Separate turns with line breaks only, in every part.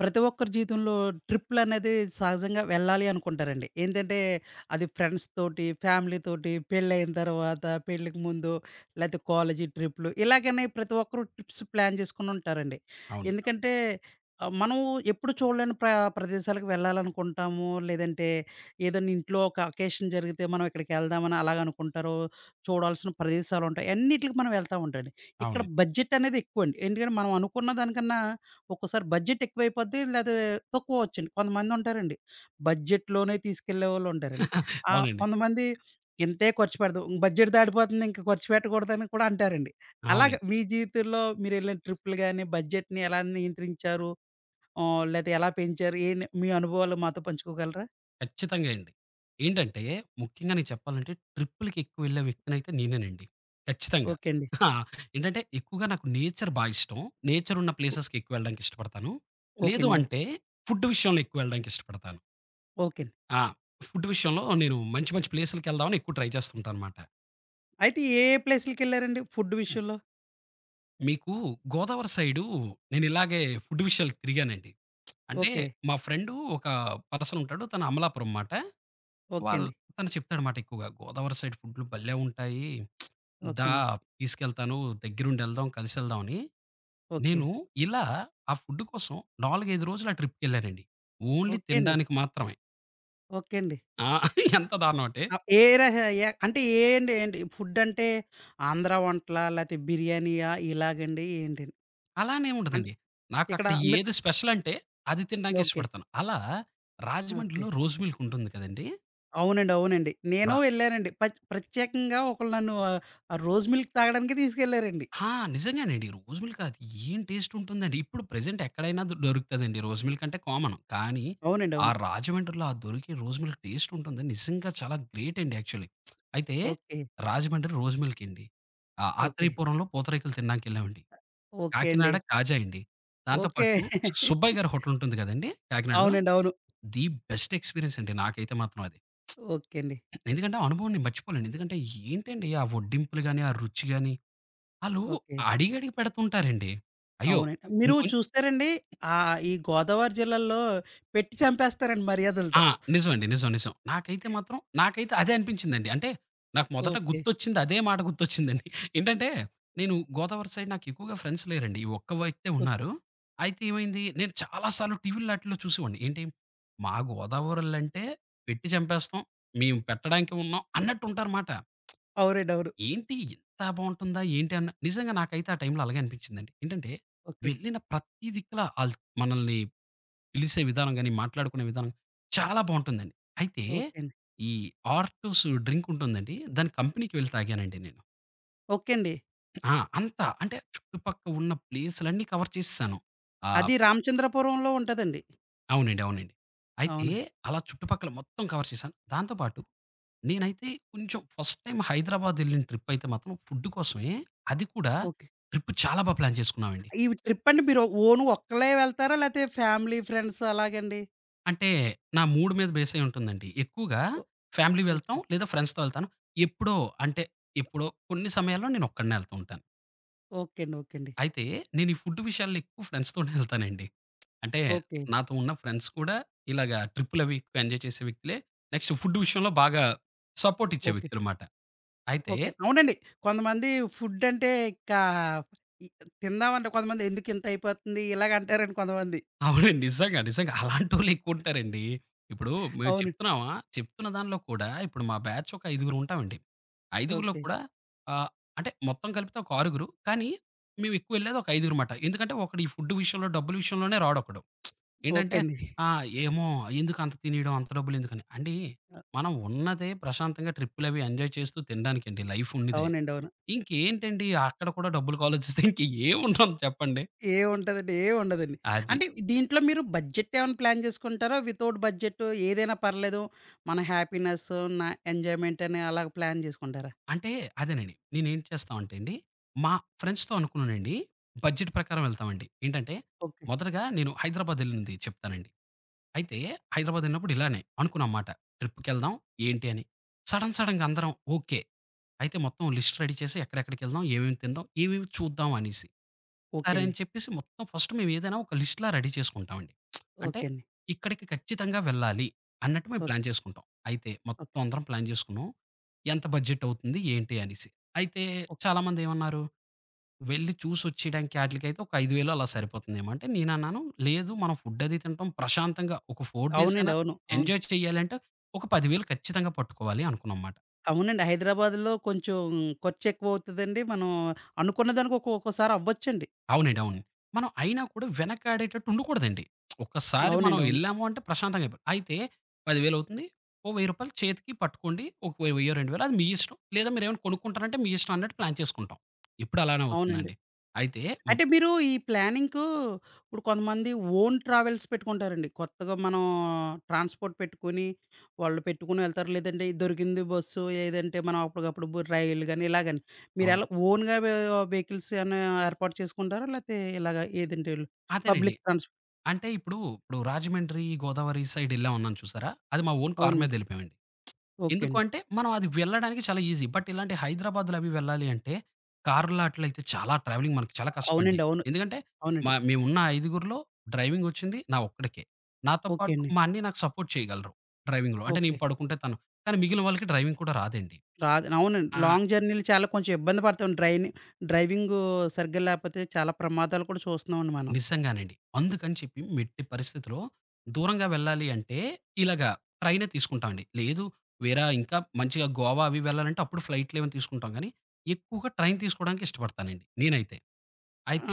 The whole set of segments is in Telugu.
ప్రతి ఒక్కరి జీవితంలో ట్రిప్‌లనేది సహజంగా వెళ్ళాలి అనుకుంటారండి. ఏంటంటే, అది ఫ్రెండ్స్ తోటి, ఫ్యామిలీ తోటి, పెళ్ళయిన తర్వాత, పెళ్ళికి ముందు, లేతే కాలేజీ ట్రిప్‌లు ఇలాగనే ప్రతి ఒక్కరు ట్రిప్స్ ప్లాన్ చేసుకొని ఉంటారండి.
అవును.
ఎందుకంటే, మనం ఎప్పుడు చూడలేని ప్రదేశాలకు వెళ్ళాలనుకుంటాము. లేదంటే, ఏదైనా ఇంట్లో ఒక అకేషన్ జరిగితే మనం ఇక్కడికెళ్దామని అలాగనుకుంటారు. చూడాల్సిన ప్రదేశాలుంటాయి. అన్నిట్లికి మనం వెళ్తా ఉంటామండి. ఇక్కడ
అవును.
బడ్జెట్ అనేది ఎక్కువండి. ఎందుకంటే, మనం అనుకున్న దానికన్నా ఒక్కోసారి బడ్జెట్ ఎక్కువైపోద్ది. లేతే తక్కువవ్వొచ్చండి. కొంతమందుంటారండి. బడ్జెట్‌లోనే తీసుకెళ్ళేవాళ్ళుంటారండి.
అవునండి.
కొంతమంది ఇంతే ఖర్చు పెడదాం. బడ్జెట్ దాటిపోతుంది ఇంక ఖర్చు పెట్టకూడదని కూడా అంటారండి. అలాగా
అవునండి.
మీ జీవితంలో మీరెళ్ళిన ట్రిప్పులు గాని, బడ్జెట్‌ని ఎలా నియంత్రించారు? లేతే ఎలా పెంచారు? ఏంటి మీ అనుభవాలు మాతో పంచుకోగలరా?
ఖచ్చితంగా అండి. ఏంటంటే, ముఖ్యంగా నేను చెప్పాలంటే ట్రిప్పులకి ఎక్కువెళ్ళే వ్యక్తినైతే నేనేనండి. ఖచ్చితంగా.
ఓకే అండి.
ఆ! ఏంటంటే ఎక్కువగా నాకు నేచర్ బా ఇష్టం. నేచర్ ఉన్న
ఓ
ప్లేసెస్‌కి ఎక్కువ వెళ్ళడానికి ఇష్టపడతాను.
ఓకే
లేదు
అండి.
అంటే ఫుడ్ విషయంలో ఎక్కువ వెళ్ళడానికి ఇష్టపడతాను.
ఓకే అండి.
ఆ! ఫుడ్ విషయంలో నేను మంచి మంచి ప్లేసులకెళ్దామని ఎక్కువ ట్రై చేస్తుంటానమాట.
అయితే ఏ ఏ ప్లేసులకెళ్లారండి ఫుడ్ విషయంలో?
మీకు గోదావరి సైడు నేను ఇలాగే ఫుడ్ విషయాలకి తిరిగానండి. అంటే
ఓకే.
మా ఫ్రెండు ఒక పర్సన్ ఉంటాడు. తను అమలాపురం మాట.
ఓకే
వాళ్
అండి.
తను చెప్తాడనమాట ఎక్కువగా. గోదావరి సైడ్ ఫుడ్‌లు భలే ఉంటాయి.
ఓకే
దా
అండి.
తీసుకెళ్తాను. దగ్గరుండి ఎళ్దాం, కలిసెళ్దాం అని.
ఓకే.
నేను ఇలా ఆ ఫుడ్ కోసం 4, 5 రోజులు ఆ ట్రిప్‌కెళ్ళానండి. ఓన్లీ
ఓకే అండి.
తినడానికి మాత్రమే.
ఓకే అండి.
ఆ! ఎంత దారుణం అంటే,
ఆ! ఏ అంటే ఏండి ఏంటి? ఫుడ్డంటే ఆంధ్ర వంటలా? లేతే బిర్యానీయా? ఇలాగండి ఏంటండి?
అలా అని
అంటే
ఏముండదండి.
ఇక్కడ
నాకక్కడ
మీరు
ఏది స్పెషల్ అంటే, అది తినడానికే
ఓకే.
ఇష్టపడతాను. అలా
ఓకే.
రాజమండ్రిలో రోజ్ మిల్క్ ఉంటుంది కదండీ!
అవునండి. అవునండి. నేను
రా
వెళ్ళానండి. ప్రత్యేకంగా ఒకళ్ళు నన్ను ఆ రోజ్ మిల్క్ తాగడానికే తీసుకెళ్లారండి.
ఆ! నిజంగానండి. రోస్ మిల్క్ అది ఏం టేస్ట్ ఉంటుందండి. ఇప్పుడు ప్రెజెంట్ ఎక్కడైనా దొరుకుతదండి. రోస్ మిల్క్ అంటే కామన్. కానీ,
అవునండి.
ఆ
అవును.
రాజమండ్రిలో ఆ దొరికే రోస్ మిల్క్ టేస్ట్ ఉంటుంది. నిజంగా చాలా గ్రేట్ అండి యాక్చువల్లీ. అయితే
ఓకే.
రాజమండ్రి రోస్ మిల్క్ అండి. ఆహ్,
ఓకే.
ఆత్రేయపురంలో పూతరేకులు తినడానికెళ్ళామండి.
ఓకే అండి.
కాకినాడ కాజా అండి. దాంతో
ఓకే.
పాటు సుబ్బయ్య గారి హోటల్ ఉంటుంది కదండీ కాకినాడలో.
అవునండి. అవును.
ది బెస్ట్ ఎక్స్‌పీరియన్స్ అండి నాకైతే మాత్రం అది.
ఓకే అండి.
ఎందుకంటే, ఆ అనుభవం నేను మర్చిపోలేను. ఎందుకంటే ఏంటండి ఆ వడ్డింపులు గాని, ఆ రుచి గాని ఆళ్ళు
ఓకే.
అడిగి అడిగి పెడుతుంటారండి. అయ్యో!
అవునండి. మీరు
ఇంకొం
చూస్తారండి ఈ గోదావరి జిల్లాల్లో పెట్టి చంపేస్తారండి
ఆ!
మర్యాదలతో.
నిజమండి. నిజం. నిజం. నాకైతే అదే అనిపించిందండి. అంటే నాకు మొదట
ఓకే.
గుర్తొచ్చింది అదే మాట గుర్తొచ్చిందండి. ఏంటంటే నేను గోదావరి సైడ్ నాకు ఎక్కువగా ఫ్రెండ్స్ లేరండి. ఈ ఒక్క వ్యక్తే
ఓకే.
ఉన్నారు. అయితే ఏమైంది నేను చాలా సార్లు టీవీలో ఆటిల్లో చూసేవాడిని. ఏంటి మా గోదావరోళ్ళంటే పెట్టి చంపేస్తాం. మేము పెట్టడానికి ఉన్నాం అన్నట్టు ఉంటారుమాట.
అవునండి. అవును.
ఏంటి ఇంత బావుంటుందా ఏంటి అన్న నిజంగా నాకైతే ఆ టైంలో అలాగే అనిపించిందండి. ఏంటంటే
ఓకే.
వెళ్ళిన ప్రతి దిక్కులా ఆళ్ళు మనల్ని పిలిసే విధానం గాని, మాట్లాడుకునే విధానం చాలా బావుంటుందండి. అయితే
ఓకే అండి.
ఈ ఆర్టూస్ డ్రింక్ ఉంటుందండి. దాని కంపెనీకి వెళ్లి తాగానండి నేను.
ఓకే అండి.
ఆ! అంతా అంటే చుట్టుపక్క ఉన్న ప్లేసులన్నీ కవర్ చేసేసాను. ఆహ్,
అది రామచంద్రపురంలో ఉంటదండి.
అవునండి. అవునండి. అయితే
అవును.
అలా చుట్టుపక్కల మొత్తం కవర్ చేశాను. దాంతో పాటు నేనైతే కొంచెం ఫస్ట్ టైమ్ హైదరాబాద్ ఎళ్ళిన ట్రిప్ అయితే మాత్రం ఫుడ్ కోసమే. అది కూడా
ఓకే.
ట్రిప్ చాలా బా ప్లాన్ చేసుకున్నామండి.
ఈ ట్రిప్ అంటే మీరు ఒక్కళ్ళే వెళ్తారా? లేతే ఫ్యామిలీ, ఫ్రెండ్స్ అలాగండి?
అంటే నా మూడ్ మీద బేస్ అయ్యి ఉంటుందండి. ఎక్కువగా
ఓ
ఫ్యామిలీ వెళ్తాం
ఓకే.
లేదా ఫ్రెండ్స్‌తో వెళ్తాను. ఎప్పుడో అంటే ఎప్పుడో కొన్ని సమయాల్లో నేనొక్కడినే ఎళ్తూ ఉంటాను.
ఓకే అండి. ఓకే అండి.
అయితే నేను ఈ ఫుడ్ విషయాల్లో ఎక్కువ ఫ్రెండ్స్‌తోనే ఎళ్తానండి. అంటే
ఓకే.
నాతో ఉన్న ఫ్రెండ్స్ కూడా ఇలాగా ట్రిప్పులవి ఎక్కువ ఎంజాయ్ చేసే వ్యక్తులే. నెక్స్ట్ ఫుడ్ విషయంలో బాగా సపోర్ట్ ఇచ్చే
ఓకే.
వ్యక్తులమాట. అయితే
ఓకే. అవునండి. కొంతమంది ఫుడ్ అంటే ఇంకా ఇ తిందామంటే కొంతమంది ఎందుకింత అయిపోతుంది ఇలాగ అంటారండి కొంతమంది.
అవునండి. నిజంగా. నిజంగా. అలాంటోళ్ళు ఎక్కువుంటారండి. ఇప్పుడు మేము
అవును.
చెప్తున్నామా, చెప్తున్న దానిలో కూడా ఇప్పుడు మా బ్యాచ్ ఒక ఐదుగురుంటామండి. ఐదుగురిలో
ఓకే.
కూడా ఆహ్, అంటే మొత్తం కలిపితే ఒక ఆరుగురు. కానీ మేము ఎక్కువెళ్ళేది ఒక ఐదుగురు మాట. ఎందుకంటే ఒకడు ఈ ఫుడ్ విషయంలో, డబ్బుల విషయంలోనే రాడొకడు. ఏంటంటే
ఓకే అండి.
ఆ! ఏమో ఎందుకు అంత తినేయడం, అంత డబ్బులెందుకని. అండి
అ
మనం ఉన్నదే ప్రశాంతంగా ట్రిప్పులవి ఎంజాయ్ చేస్తూ తినడానికండి లైఫ్ ఉన్నదే.
అవునండి. అవును.
ఇంకేంటండి అక్కడ కూడా డబ్బులకి ఆలోచిస్తే ఇంకేముంటాం చెప్పండి.
ఏముంటదండి. ఏముండదండి.
అది.
అంటే దీంట్లో మీరు బడ్జెట్ ఏమైనా ప్లాన్ చేసుకుంటారా? వితౌట్ బడ్జెట్ ఏదైనా పర్లేదు. మన హ్యాపీనెస్, నా ఎంజాయ్‌మెంట్ అని అలాగ ప్లాన్ చేసుకుంటారా?
అంటే అదేనండి. నేనేం చేస్తామంటే అండి, మా ఫ్రెండ్స్‌తో అనుకున్నానండి. బడ్జెట్ ప్రకారం వెళ్తామండి. ఏంటంటే,
ఓకే.
మొదటగా నేను హైదరాబాద్ ఎళ్ళింది చెప్తానండి. అయితే హైదరాబాద్ ఎళ్ళినప్పుడు ఇలానే అనుకున్నాం మాట. ట్రిప్‌కెళ్దాం ఏంటి అని. సడెన్ సడెన్‌గా అందరం ఓకే. అయితే మొత్తం లిస్ట్ రెడీ చేసి ఎక్కడెక్కడికెళ్దాం, ఏమేమి తిందాం, ఏమేమి చూద్దాం అనేసి.
ఓకే
సరే అని
అండి.
చెప్పేసి మొత్తం ఫస్ట్ మేమేదైనా ఒక లిస్ట్‌లా రెడీ చేసుకుంటామండి. అంటే
ఓకే అండి.
ఇక్కడికి ఖచ్చితంగా వెళ్ళాలి అన్నట్టు మేము
ఓకే.
ప్లాన్ చేసుకుంటాం. అయితే మొత్తం
ఓకే.
అందరం ప్లాన్ చేసుకున్నాం. ఎంత బడ్జెట్ అవుతుంది ఏంటి అనేసి. అయితే
ఓకే.
చాలామందేమన్నారు, "వెళ్లి చూసొచ్చేయడానికి ఆటిలకైతే ఒక 5,000 అలా సరిపోతుందేమో" అంటే నేనన్నాను, "లేదు మనం ఫుడ్ అది తింటాం ప్రశాంతంగా ఒక 4 డేస్
అవునండి.
అయినా
అవును. అవును.
ఎంజాయ్ చేయాలి అంటే ఒక 10,000 ఖచ్చితంగా పట్టుకోవాలి" అనుకున్నాం మాట.
అవునండి. హైదరాబాద్‌లో కొంచెం ఖర్చు ఎక్కువ అవుతదండి. మనం అనుకున్న దానికి ఒక్కొక్కసారి అవ్వచ్చండి.
అవునండి. అవును. మనం అయినా కూడా వెనకాడేటట్టు ఉండకూడదండి. ఒక్కసారి మనం
అవునండి. అవును.
ఎళ్ళాము అంటే ప్రశాంతంగా అయిపోవాలి. అయితే 10,000 అవుతుంది. ఓ రూ. 1,000 చేతికి పట్టుకోండి. ఒక వెయ్యో, 2,000 అది మీ ఇష్టం. లేదా మీరేమైనా కొనుక్కుంటానంటే మీ ఇష్టం అన్నట్టు ప్లాన్ చేసుకుంటాం. ఇప్పుడు అలానే
అవునండి.
అవుతుందండి. అయితే మొత్
అంటే మీరు ఈ ప్లానింగ్‌కు ఇప్పుడు కొంతమంది ఓన్ ట్రావెల్స్ పెట్టుకుంటారండి. కొత్తగా మనం ట్రాన్స్‌పోర్ట్ పెట్టుకొని, వాళ్ళు పెట్టుకొని వెళ్తారు. లేదంటే ఈ దొరికింది బస్సు ఏదంటే మనం అప్పటికప్పుడు రైలు గాని ఇలాగని.
అవును.
మీరెలా ఓన్‌గా వెహికల్స్ ఏమన్నా ఏర్పాటు చేసుకుంటారా? లేతే ఇలాగ ఏదంటే ఈళ్ళు
అదేనండి.
పబ్లిక్ ట్రాన్స్
అంటే ఇప్పుడు రాజమండ్రి, గోదావరి సైడ్ ఎళ్ళామన్నాను చూసారా? అది మా ఓన్ కార్
అవునండి.
మీదెళ్ళిపోయామండి.
ఓకే
ఎందుకు
అండి.
అంటే, మనం అది వెళ్ళడానికి చాలా ఈజీ. బట్ ఇలాంటి హైదరాబాద్‌లో అవి వెళ్ళాలి అంటే, కార్‌లో అట్లయితే చాలా ట్రావెలింగ్ మనకి చాలా కష్టమండి.
అవునండి. అవును.
ఎందుకంటే,
అవునండి.
మేమున్న ఐదుగురిలో డ్రైవింగ్ ఒచ్చింది నా ఒక్కడికే. నాతో
ఓకే
పాటు
అండి.
మా అన్నయ్య నాకు సపోర్ట్ చేయగలరు డ్రైవింగ్‌లో. అంటే నేను
ఓకే.
పడుకుంటే తను. కానీ మిగిలిన వాళ్ళకి డ్రైవింగ్ కూడా రాదండి.
రాదు. అవునండి.
ఆ!
లాంగ్ జర్నీలు చాలా కొంచెం ఇబ్బంది పడతాం. డ్రైవింగు సరిగ్గా లేకపోతే చాలా ప్రమాదాలు కూడా చూస్తున్నామండి మనం.
నిజంగానండి. అందుకని చెప్పి మెట్టి పరిస్థితిలో దూరంగా వెళ్ళాలి అంటే, ఇలాగా ట్రైనే తీసుకుంటామండి. లేదు వేరా ఇంకా మంచిగా గోవా అవి వెళ్ళాలంటే అప్పుడు ఫ్లైట్‌లేవైనా తీసుకుంటాం గానీ, ఎక్కువగా ట్రైన్ తీసుకోవడానికి ఇష్టపడతానండి నేనైతే.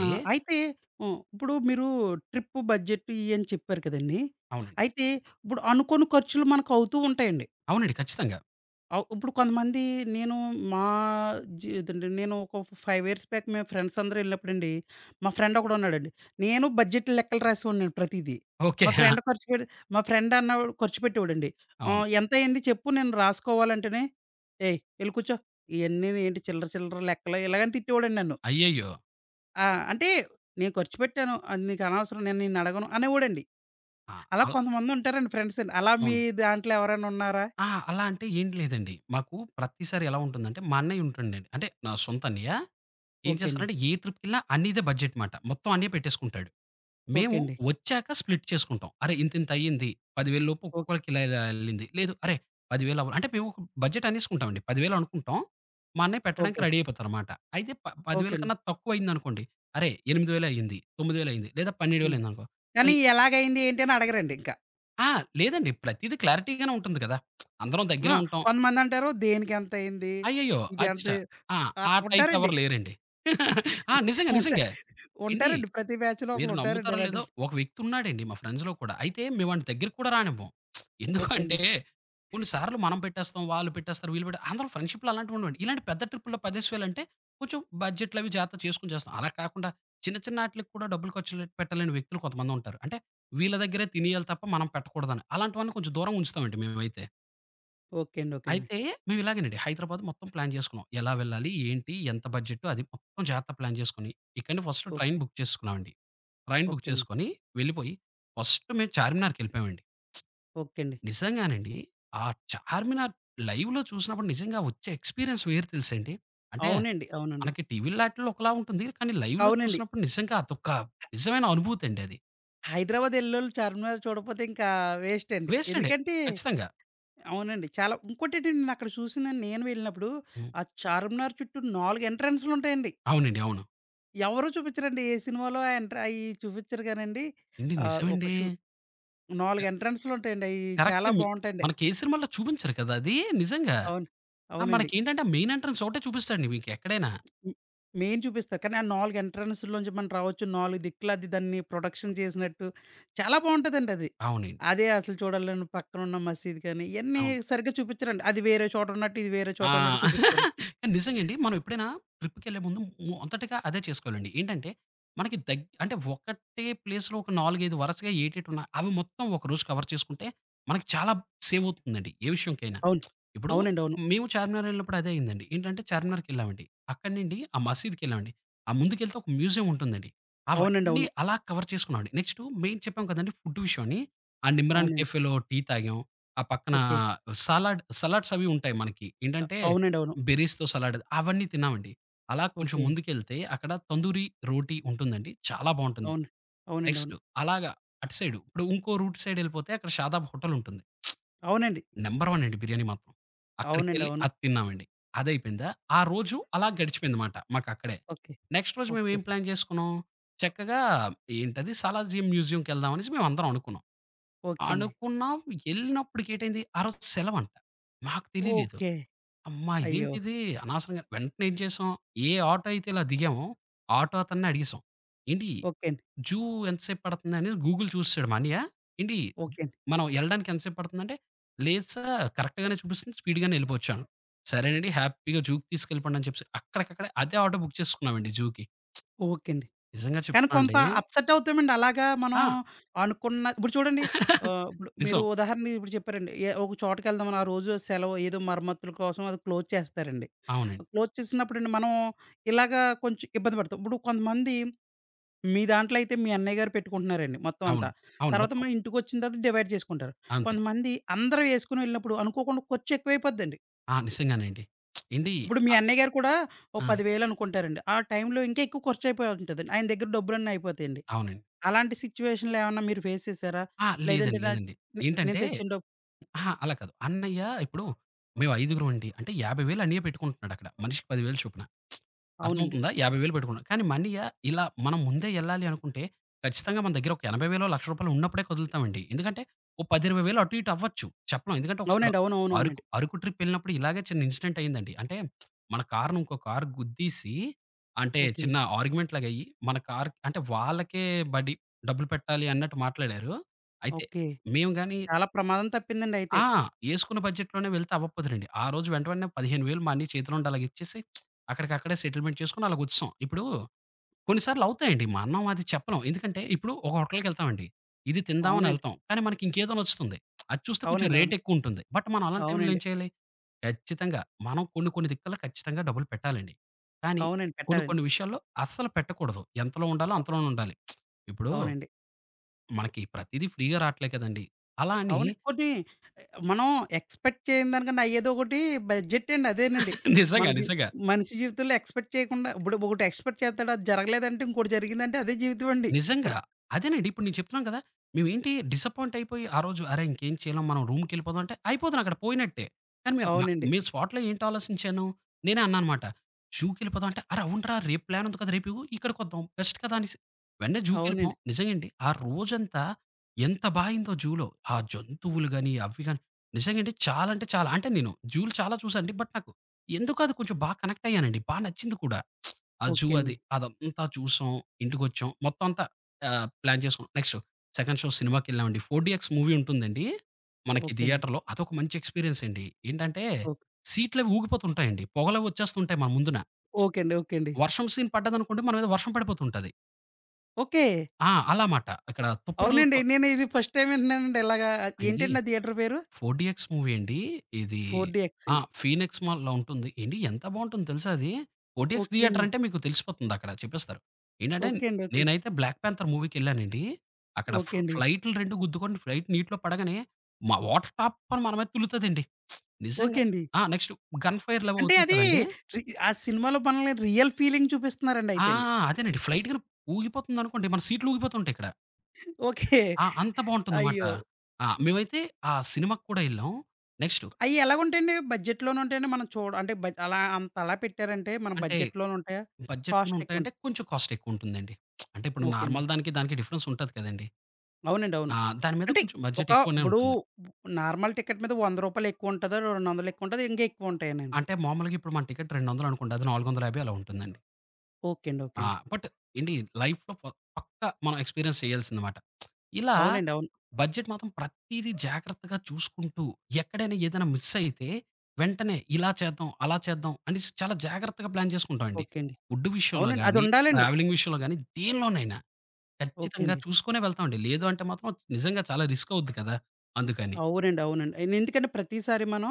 ఆ! అయితే ఇప్పుడు మీరు ట్రిప్ బడ్జెట్ ఇయి అని చెప్పారు కదండీ!
అవునండి.
అయితే ఇప్పుడు అనుకోని ఖర్చులు మనకు అవుతూ ఉంటాయండి.
అవునండి. ఖచ్చితంగా.
ఇప్పుడు కొంతమంది నేను మా జీ ఇదండి నేను ఒక 5 ఇయర్స్ బ్యాక్ మేము ఫ్రెండ్స్ అందరూ ఎళ్ళినప్పుడండి, మా ఫ్రెండ్ ఒకడున్నాడండి. నేను బడ్జెట్ లెక్కలు రాసేవాడినండి ప్రతీదీ.
ఓకే.
మా
ఆ!
ఫ్రెండ్ ఖర్చు పె మా ఫ్రెండ్ అన్నవాడు ఖర్చు పెట్టేవాడండి.
అవును.
"ఎంతయింది చెప్పు నేను రాసుకోవాలంటేనే" "ఏయ్! ఎళ్లి కూర్చో. ఇయన్నీ ఏంటి చిల్లర చిల్లర లెక్కలు" ఇలాగని తిట్టేవాడండి నన్ను.
అయ్యయ్యో!
ఆ! అంటే నేను ఖర్చు పెట్టాను. అది నీకనవసరం నేను నిన్నడగను అనేవోడండి.
ఆ!
అలా
అల్
కొంతమందుంటారండి ఫ్రెండ్సండి. అలా మీ
అవును.
దాంట్లో ఎవరైనా ఉన్నారా?
ఆ! అలా అంటే ఏం లేదండి. మాకు ప్రతిసారి ఎలా ఉంటుందంటే, మా అన్నయ్య ఉంటాడండి. అంటే నా సొంత అన్నయ్య. ఏం
ఓకే అండి.
చేస్తారంటే, ఏ ట్రిప్‌కెళ్ళినా అన్నయ్యదే బడ్జెట్ మాట. మొత్తం అన్నయ్య పెట్టేసుకుంటాడు. మేము
ఓకే అండి.
వచ్చాక స్ప్లిట్ చేసుకుంటాం. అరే! ఇంతింత అయ్యింది. 10,000 లోపు
ఓకే.
ఒక్కొక్కళ్ళకి ఇలా ఇలా యెళ్ళింది. లేదు అరే! 10,000 అవ్వాలి. అంటే మేము ఒక బడ్జెట్ అనేసుకుంటామండి. 10,000 అనుకుంటాం. మా అన్నయ్య పెట్టడానికి
ఓకే.
రెడీ అయిపోతారనమాట. అయితే
ఓకే
10,000
అండి.
కన్నా తక్కువ అయిందనుకోండి. అరే! 8,000 అయింది. 9,000 అయింది. లేదా 12,000
హ్మ్.
అయిందనుకో. అరే!
కానీ ఎలాగయింది ఏంటి అని అడగరండింక.
ఆ! లేదండి. ప్రతీదీ క్లారిటీగానే ఉంటుంది కదా! అందరం
ఆ!
దగ్గరే ఉంటాం.
కొంతమందంటారు దేనికెంతయింది?
అయ్యయ్యో!
ఇదెంత
అచ్చచ్చ! ఆ!
ఆ!
ఆ టైప్
ఉంటారండి.
ఎవరు లేరండి. ఆ! నిజంగా.
ఉంటా
నిజంగా. ఏండి
ఉంటారండి. ప్రతి బ్యాచ్‌లో
మీరు
ఒకళ్ళుంటారండి
నమ్ముతారో లేదో
ఇలాంటోళ్ళు.
ఒక వ్యక్తి ఉన్నాడండి మా ఫ్రెండ్స్‌లో కూడా. అయితే మేము వాని దగ్గరికి కూడా రానివ్వం.
ఓకే
ఎందుకంటే
అండి.
కొన్ని సార్లు మనం పెట్టేస్తాం, వాళ్ళు పెట్టేస్తారు, వీళ్ళు పెట్టే అందరూ ఫ్రెండ్‌షిప్‌లో అలాంటివి ఉండవండి. ఇలాంటి పెద్ద ట్రిప్పుల్లో 10,000 అంటే కొంచెం బడ్జెట్‌లు అవి జాగ్రత్త చేసుకొని చేస్తాం. అలా కాకుండా చిన్న చిన్న ఆటిలకి కూడా డబ్బులు ఖర్చులు పెట్టలేని వ్యక్తులు కొంతమందుంటారు. అంటే వీళ్ళ దగ్గరే తినేయాలి తప్ప మనం పెట్టకూడదని. అలాంటివన్నీ కొంచెం దూరంగా ఉంచుతామండి మేమైతే.
ఓకే అండి. ఓకే అండి.
అయితే మేము ఇలాగేనండి హైదరాబాద్ మొత్తం ప్లాన్ చేసుకున్నాం. ఎలా వెళ్ళాలి? ఏంటి? ఎంత బడ్జెట్? అది మొత్తం జాగ్రత్తగా ప్లాన్ చేసుకొని, ఇక్కడి నుండి ఫస్ట్ ట్రైన్
ఓకే.
బుక్ చేసుకున్నామండి. ట్రైన్ బుక్
ఓకే అండి.
చేసుకొని వెళ్ళిపోయి ఫస్ట్ మేము చార్మినార్‌కెళ్ళిపోయామండి.
ఓకే అండి.
నిజంగానండి ఆ చార్మినార్ లైవ్‌లో చూసినప్పుడు నిజంగా వచ్చే ఎక్స్‌పీరియన్స్ వేరు తెలుసండి. అంటే
అవునండి. అవునండి.
మనకి టీవీ‌ల్లో ఆటిల్లో ఒకలా ఉంటుంది. కానీ లైవ్‌లో
అవునండి.
చూసినప్పుడు నిజంగా అదొక నిజమైన అనుభూతి అండి అది.
హైదరాబాద్ ఎల్లోళ్ళు చార్మినార్ చూడకపోతే ఇంకా వేస్ట్ అండి.
వేస్ట్ అండి.
ఎందుకంటే
ఖచ్చితంగా.
అవునండి. చాలా ఇంకోటేంటంటే నేనక్కడ చూసిందండి నేను వెళ్ళినప్పుడు,
హ్మ్.
ఆ చార్మినార్ చుట్టూ 4 ఎంట్రన్స్‌లుంటాయండి.
అవునండి. అవును.
ఎవరు చూపిచ్చరండి. ఏ సినిమాలో ఆ ఎంట్ర అయి చూపిచ్చరు గానండి.
ఏండి
ఆహ్, ఒక
నిజమండి.
షూ 4 ఎంట్రన్స్‌లుంటాయండి. అయి
కరెక్టే.
చాలా బావుంటాయండి.
మనకి ఏ సినిమాల్లో చూపించరు కదా! అది నిజంగా.
అవును.
ఆ!
అవునండి.
మనకేంటంటే మెయిన్ ఎంట్రన్స్ ఒకటే చూపిస్తాడండి మీకెక్కడైనా.
హ్మ్. మెయిన్ చూపిస్తారు. కానీ ఆ 4 ఎంట్రన్స్‌లోంచి మనం రావచ్చు. 4 దిక్కుల అది దాన్ని ప్రొడక్షన్ చేసినట్టు చాలా బావుంటదండి అది.
అవునండి.
అదే అసలు చూడాలని పక్కనున్న మసీదు కానీ, ఇయన్నీ
అవును.
సరిగ్గా చూపిచ్చరండి. అది వేరే చోట ఉన్నట్టు, ఇది వేరే
ఆ!
చోట ఉన్నట్టు చూపిస్తారు.
కానీ నిజంగండి. మనం ఎప్పుడైనా ట్రిప్‌కెళ్ళే ముందు మొదటగా అదే చేసుకోవాలండి. ఏంటంటే, మనకి అంటే ఒకటే ప్లేస్‌లో ఒక 4, 5 వరసగా ఏటేటున్నాయి అవి మొత్తం ఒకరోజు కవర్ చేసుకుంటే, మనకి చాలా సేవవుతుందండి. ఏ విషయంకైనా.
అవును.
ఇప్పుడు
అవునండి. అవును.
మేము చార్మినార్ ఎళ్ళినప్పుడు అదే అయిందండి. ఏంటంటే చార్మినార్‌కెళ్ళామండి. అక్కడి నుండి ఆ మసీద్‌కెళ్ళామండి. ఆ ముందుకెళ్తే ఒక మ్యూజియం ఉంటుందండి.
అవునండి.
అవన్నీ
అవును.
అలా కవర్ చేసుకున్నామండి. నెక్స్టు మెయిన్ చెప్పాం కదండీ ఫుడ్ విషయం అని. ఆ నిమ్రాన్
అవునండి.
కేఫేలో టీ తాగాం. ఆ పక్కన
ఓకే.
సలాడ్స్ అవి ఉంటాయి మనకి. ఏంటంటే
అవునండి. అవును.
బెర్రీస్‌తో సలాడ్ అవన్నీ తిన్నామండి. అలా కొంచెం
ఓకే.
ముందుకెళ్తే అక్కడ తందూరి రోటీ ఉంటుందండి. చాలా బావుంటుంది.
అవును. అవునండి.
నెక్స్ట్
అవును.
అలాగా అటు సైడు ఇప్పుడు ఇంకో రూట్ సైడ్ ఎళ్ళిపోతే అక్కడ షాదాబ్ హోటల్ ఉంటుంది.
అవునండి.
నంబర్ 1 అండి బిర్యానీ మాత్రం.
అవునండి.
అక్కడికెళ్ళి
అవును.
అది తిన్నామండి. అదయిపోయిందా, ఆ రోజు అలా గడిచిపోయిందమాట మాకక్కడే.
ఓకే.
నెక్స్ట్ రోజు
ఓకే.
మేమేం ప్లాన్ చేసుకున్నాం, చక్కగా ఏంటది సాలార్జంగ్ మ్యూజియంకెళ్దాం అనేసి మేమందరం అనుకున్నాం.
ఓకే అండి.
అనుకున్నాం. ఎళ్ళినప్పటికి ఏటైంది, ఆ రోజు సెలవంట. మాకు తెలీలేదు.
ఓకే.
అమ్మా!
అయ్యో!
ఇదేంటిది అనవసరంగా వెంటనే ఏం చేసాం, ఏ ఆటో అయితే ఇలా దిగామో, ఆ ఆటో అతన్ని అడిగేసాం. ఏంటి
ఓకే అండి.
జూ ఎంతసేపు పడుతుందని గూగుల్ చూసేసాడు మా అన్నయ్య. ఏంటి
ఓకే అండి.
మనం ఎళ్ళడానికి ఎంతసేపు పడుతుందంటే, లేదు సార్ కరెక్ట్‌గానే చూపిస్తుంది స్పీడ్‌గానే వెళ్ళిపోవచ్చు అన్నాం. సరేనండి హ్యాపీగా జూకి తీసుకెళ్ళిపోండి అని చెప్పేసి అక్కడికక్కడే అదే ఆటో బుక్ చేసుకున్నామండి జూకి.
ఓకే అండి.
నిజంగా
కానీ
చెప్తున్నానండి
కొంత అప్సెట్ అవుతామండి. అలాగా మనం
ఆ!
అనుకున్న ఇప్పుడు చూడండి ఇప్పుడు మీరు
నిజం.
ఉదాహరణకి ఇప్పుడు చెప్పారండి. ఏ ఒక చోటకెళ్దామని ఆ రోజు సెలవు ఏదో మరమ్మతుల కోసం అది క్లోజ్ చేస్తారండి.
అవునండి.
క్లోజ్ చేసినప్పుడండి మనం ఇలాగా కొంచెం ఇబ్బంది పడతాం. ఇప్పుడు కొంతమంది మీ దాంట్లో అయితే మీ అన్నయ్య గారు పెట్టుకుంటున్నారండి మొత్తం అంతా.
అవును. అవును.
తర్వాత
మొత్తం.
మన ఇంటికొచ్చిన తర్వాత డివైడ్ చేసుకుంటారు.
అంతే.
కొంతమంది అందరూ ఏసుకొని వెళ్ళినప్పుడు అనుకోకుండా ఖర్చు ఎక్కువైపోద్దండి.
ఆ! నిజంగానండి. ఏండి
ఇప్పుడు మీ
ఆహ్,
అన్నయ్య గారు కూడా ఓ
ఆ!
10,000 అనుకుంటారండి. ఆ టైంలో ఇంకా ఎక్కువ ఖర్చు అయిపోయి ఉంటదండి. ఆయన దగ్గర డబ్బులన్నీ అయిపోతాయండి.
అవునండి.
అలాంటి సిట్యుయేషన్‌లో ఏమన్నా మీరు ఫేస్ చేసారా?
ఆ!
లేదంటే
లేదండి.
నా
లేదండి.
నే నేను
ఏంటంటే
తెచ్చిన డబ్
అహా! అలా కాదు. అన్నయ్య ఇప్పుడు మేము ఐదుగురమండి. అంటే 50,000 అన్నయ్య పెట్టుకుంటున్నాడక్కడ. మనిషికి 10,000 చొప్పున.
అవునండి.
అర్థమవుతుందా? 50,000 పెట్టుకున్నాడు. కానీ మా అన్నయ్య ఇలా మనం ముందే ఎళ్ళాలి అనుకుంటే ఖచ్చితంగా మన దగ్గర ఒక 80,000 రూ. 1,00,000 ఉన్నప్పుడే కదులుతామండి. ఎందుకంటే ఓ 10, 20,000 అటు ఇటు అవ్వచ్చు. చెప్పలేం. ఎందుకంటే ఒకసారి
అవునండి. అవును. అవును.
అరకు
అవునండి.
అరకు ట్రిప్ ఎళ్ళినప్పుడు ఇలాగే చిన్న ఇన్సిడెంట్ అయిందండి. అంటే మన కార్‌ని ఇంకో కారు గుద్దీసి అంటే
ఓకే.
చిన్న ఆర్గ్యుమెంట్ లాగా అయ్యి మన కార్ అంటే వాళ్ళకే బడి డబ్బులు పెట్టాలి అన్నట్టు మాట్లాడారు. అయితే
ఓకే.
మేము గాని
చాలా ప్రమాదం తప్పిందండి అయితే.
ఆ! యేసుకున్న బడ్జెట్‌లోనే వెళ్తే అవ్వపోదులెండి. ఆ రోజు వెంటనే 15,000 మా అన్నయ్య చేతిలో నుండి అలాగిచ్చేసి, అక్కడికక్కడే సెటిల్‌మెంట్ చేసుకొని అలాగొచ్చేసాం. ఇప్పుడు కొన్ని సార్లు అవుతాయండి. మా అన్నం అది చెప్పలేం. ఎందుకంటే ఇప్పుడు ఒక హోటల్‌కెళ్తామండి. ఇది తిందామని
అవునండి.
ఎళ్తాం. కానీ మనకి ఇంకేదో నచ్చుతుంది. అది చూస్తే కొంచెం
అవునండి.
రేట్
అవును.
ఎక్కువుంటుంది. బట్ మనం అలాంటి టైంలో ఏం
అవునండి.
చేయాలి? ఖచ్చితంగా మనం కొన్ని కొన్ని దిక్కుల్లో ఖచ్చితంగా డబ్బులు పెట్టాలండి. కానీ
అవునండి.
కొన్ని
పెట్టాలండి.
కొన్ని విషయాల్లో అస్సలు పెట్టకూడదు. ఎంతలో ఉండాలో
అ
అంతలోనే ఉండాలి. ఇప్పుడు
అవునండి.
మనకి ప్రతీదీ ఫ్రీ‌గా రాట్లే కదండీ! అలా అని
అవును. ఇంకోటి మనం ఎక్స్‌పెక్ట్ చేయని దానికన్నా అయ్యేదొకటి బడ్జెట్ అండి అదేనండి. మన
నిజంగా.
జీ
నిజంగా.
మనిషి జీవితంలో ఎక్స్‌పెక్ట్ చేయకుండా ఇప్పుడు ఒకటి ఎక్స్‌పెక్ట్ చేస్తాడు. అది జరగలేదంటే ఇంకోటి జరిగిందంటే అదే జీవితం అండి ఇక్కడ.
నిజంగా. అదేనండి. ఇప్పుడు నేను చెప్తున్నాను కదా! మేమేంటి డిసప్పాయింట్ అయిపోయి ఆ రోజు అరె! ఇంకేం చేయలేం మనం రూమ్‌కెళ్ళిపోదాం అంటే అయిపోతాను అక్కడ పోయినట్టే. కానీ మే మ
అవునండి.
మేము స్పాట్‌లో ఏంటి ఆలోచించాను? నేనే అన్నాననమాట. జూకెళ్ళిపోదాం అంటే అరె! అవునురా! రేపు ప్లాన్ ఉంది కదా! రేపు ఇక్కడికొద్దాం బెస్ట్ కదా! అనేసి వెంటనే జూకెళ్ళిపోయాం.
అవునండి.
నిజంగండి. ఆ రోజంతా ఎంత బా అయిందో జూలో. ఆ జంతువులు గాని, అవి గాని నిజంగండి చాలా అంటే చాలా. అంటే నేను జూలు చాలా చూసానండి. బట్ నాకు ఎందుకో అది కొంచెం బా కనెక్ట్ అయ్యానండి. బా నచ్చింది కూడా. ఆ జూ
ఓకే
అది.
అండి.
అదంతా చూసాం. ఇంటికొచ్చాం. మొత్తం అంతా ఆహ్, ప్లాన్ చేసుకున్నాం. నెక్స్ట్ సెకండ్ షో సినిమాకెళ్ళామండి. 4డీఎక్స్ మూవీ ఉంటుందండి. మనకి
ఓకే అండి.
థియేటర్‌లో. అదొక మంచి ఎక్స్‌పీరియన్స్ అండి. ఏంటంటే
ఓకే.
సీట్లవి ఊగిపోతుంటాయండి. పొగలవి వచ్చేస్తుంటాయి మన ముందున.
ఓకే అండి. ఓకే అండి.
వర్షం సీన్ పడ్డదనుకోండి మన మీద వర్షం పడిపోతుంటది.
ఓకే.
ఆ! అలా మాట. ఇక్కడ
అవునండి.
తుప్పర్లతో
నేను ఇది ఫస్ట్ టైమ్ వింటున్నానండి ఇలాగా.
అండి
ఏంటండి ఆ థియేటర్ పేరు?
'4డీఎక్స్' మూవీ అండి. ఇది
4డీఎక్స్
ఆ!
అండి.
'ఫీనిక్స్ మాల్‌లో' ఉంటుంది. ఏండి ఎంత బావుంటుందో తెలుసా అది? 4డీఎక్స్
ఓకే
థియేటర్
అండి.
అంటే మీకు తెలిసిపోతుందక్కడ చెప్పేస్తారు. ఏంటంటే
ఓకే అండి. ఓకే. అండి.
నేనైతే 'బ్లాక్ పాంథర్' మూవీకెళ్ళానండి. అక్కడ
ఓకే అండి.
ఫ్లైట్లు 2 గుద్దుకొని ఫ్లైట్ నీటిలో పడగానే మా వాటర్ టాప్ అని మన మీద తుల్లుతదండి.
ఓకే
నిజంగా
అండి.
ఆ! నెక్స్ట్ గన్ ఫైర్‌లవి
అంటే
అవుతాయి
అది
కదండీ!
రి ఆ సినిమాలో మనల్ని రియల్ ఫీలింగ్ చూపిస్తున్నారండి
ఆ!
అయితే అండి.
అదేనండి. ఫ్లైట్ గనుక ఊగిపోతుందనుకోండి మన సీట్లు ఊగిపోతుంటాయి ఇక్కడ.
ఓకే.
ఆ! అంత బావుంటుందన్నమాట.
అయ్యో!
ఆ! మేమైతే ఆ సినిమాకి కూడా ఎళ్ళాం. నెక్స్ట్
అయి ఎలాగుంటాయండి? బడ్జెట్‌లోనే ఉంటాయండి? మనం చూడ అంటే బ అలా అంత అలా పెట్టారంటే మన
అంటే
బడ్జెట్‌లోనే ఉంటాయా?
బడ్జెట్‌లోనే
కాస్ట్
ఉంటాయంటే
ఎక్కువుంటాయి.
కొంచెం కాస్ట్ ఎక్కువుంటుందండి. అంటే ఇప్పుడు
ఓకే అండి.
నార్మల్ దానికి, దానికి డిఫరెన్స్ ఉంటది కదండీ!
అవునండి. అవును.
ఆ! దాని మీద
అంటే
కొంచెం
ఒక
బడ్జెట్ ఎక్కువనే
ఇప్పుడు
ఉంటుంది.
నార్మల్ టికెట్ మీద రూ. 100 ఎక్కువ ఉంటదా? రూ. 200 ఎక్కువ ఉంటదా? ఇంకా ఎక్కువ ఉంటాయనండి.
అంటే మామూలుగా ఇప్పుడు మన టికెట్ 200 అనుకోండి. అది 450 అలా ఉంటుందండి.
ఓకే అండి. ఓకే
ఆ!
అండి.
బట్ ఏంటి లైఫ్‌లో పక్కా మనం ఎక్స్‌పీరియన్స్ చేయాల్సిందమాట. ఇలా
అవునండి. అవును.
బడ్జెట్ మాత్రం ప్రతీదీ జాగ్రత్తగా చూసుకుంటూ, ఎక్కడైనా ఏదైనా మిస్ అయితే వెంటనే ఇలా చేద్దాం, అలా చేద్దాం అనేసి చాలా జాగ్రత్తగా ప్లాన్ చేసుకుంటామండి.
ఓకే అండి.
ఫుడ్ విషయంలో
అవునండి.
గాని,
అదుండాలండి.
ట్రావెలింగ్ విషయంలో గాని, దేనిలోనైనా.
ఓకే
ఖచ్చితంగా
అండి.
చూసుకునే వెళ్తామండి. లేదు అంటే మాత్రం నిజంగా చాలా రిస్క్ అవుద్ది కదా! అందుకని.
అవునండి. అవునండి. ఎందుకంటే ప్రతిసారి మనం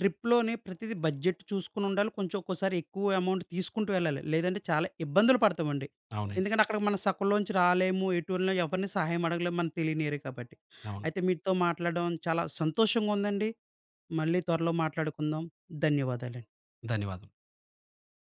ట్రిప్‌లోనే ప్రతీదీ బడ్జెట్ చూసుకొనుండాలి. కొంచెం ఒక్కోసారి ఎక్కువ అమౌంట్ తీసుకుంటూ వెళ్ళాలి. లేదంటే చాలా ఇబ్బందులు పడతామండి.
అవునండి.
ఎందుకంటే అక్కడికి మన సకుల్లోంచి రాలేము. ఎటు వెళ్ళినా ఎవరిని సహాయం అడగలేము. మనకు తెలియని ఏరియా కాబట్టి.
అవును.
అయితే మీతో మాట్లాడడం చాలా సంతోషంగా ఉందండి. మళ్ళీ త్వరలో మాట్లాడుకుందాం. ధన్యవాదాలండి.
ధన్యవాదం.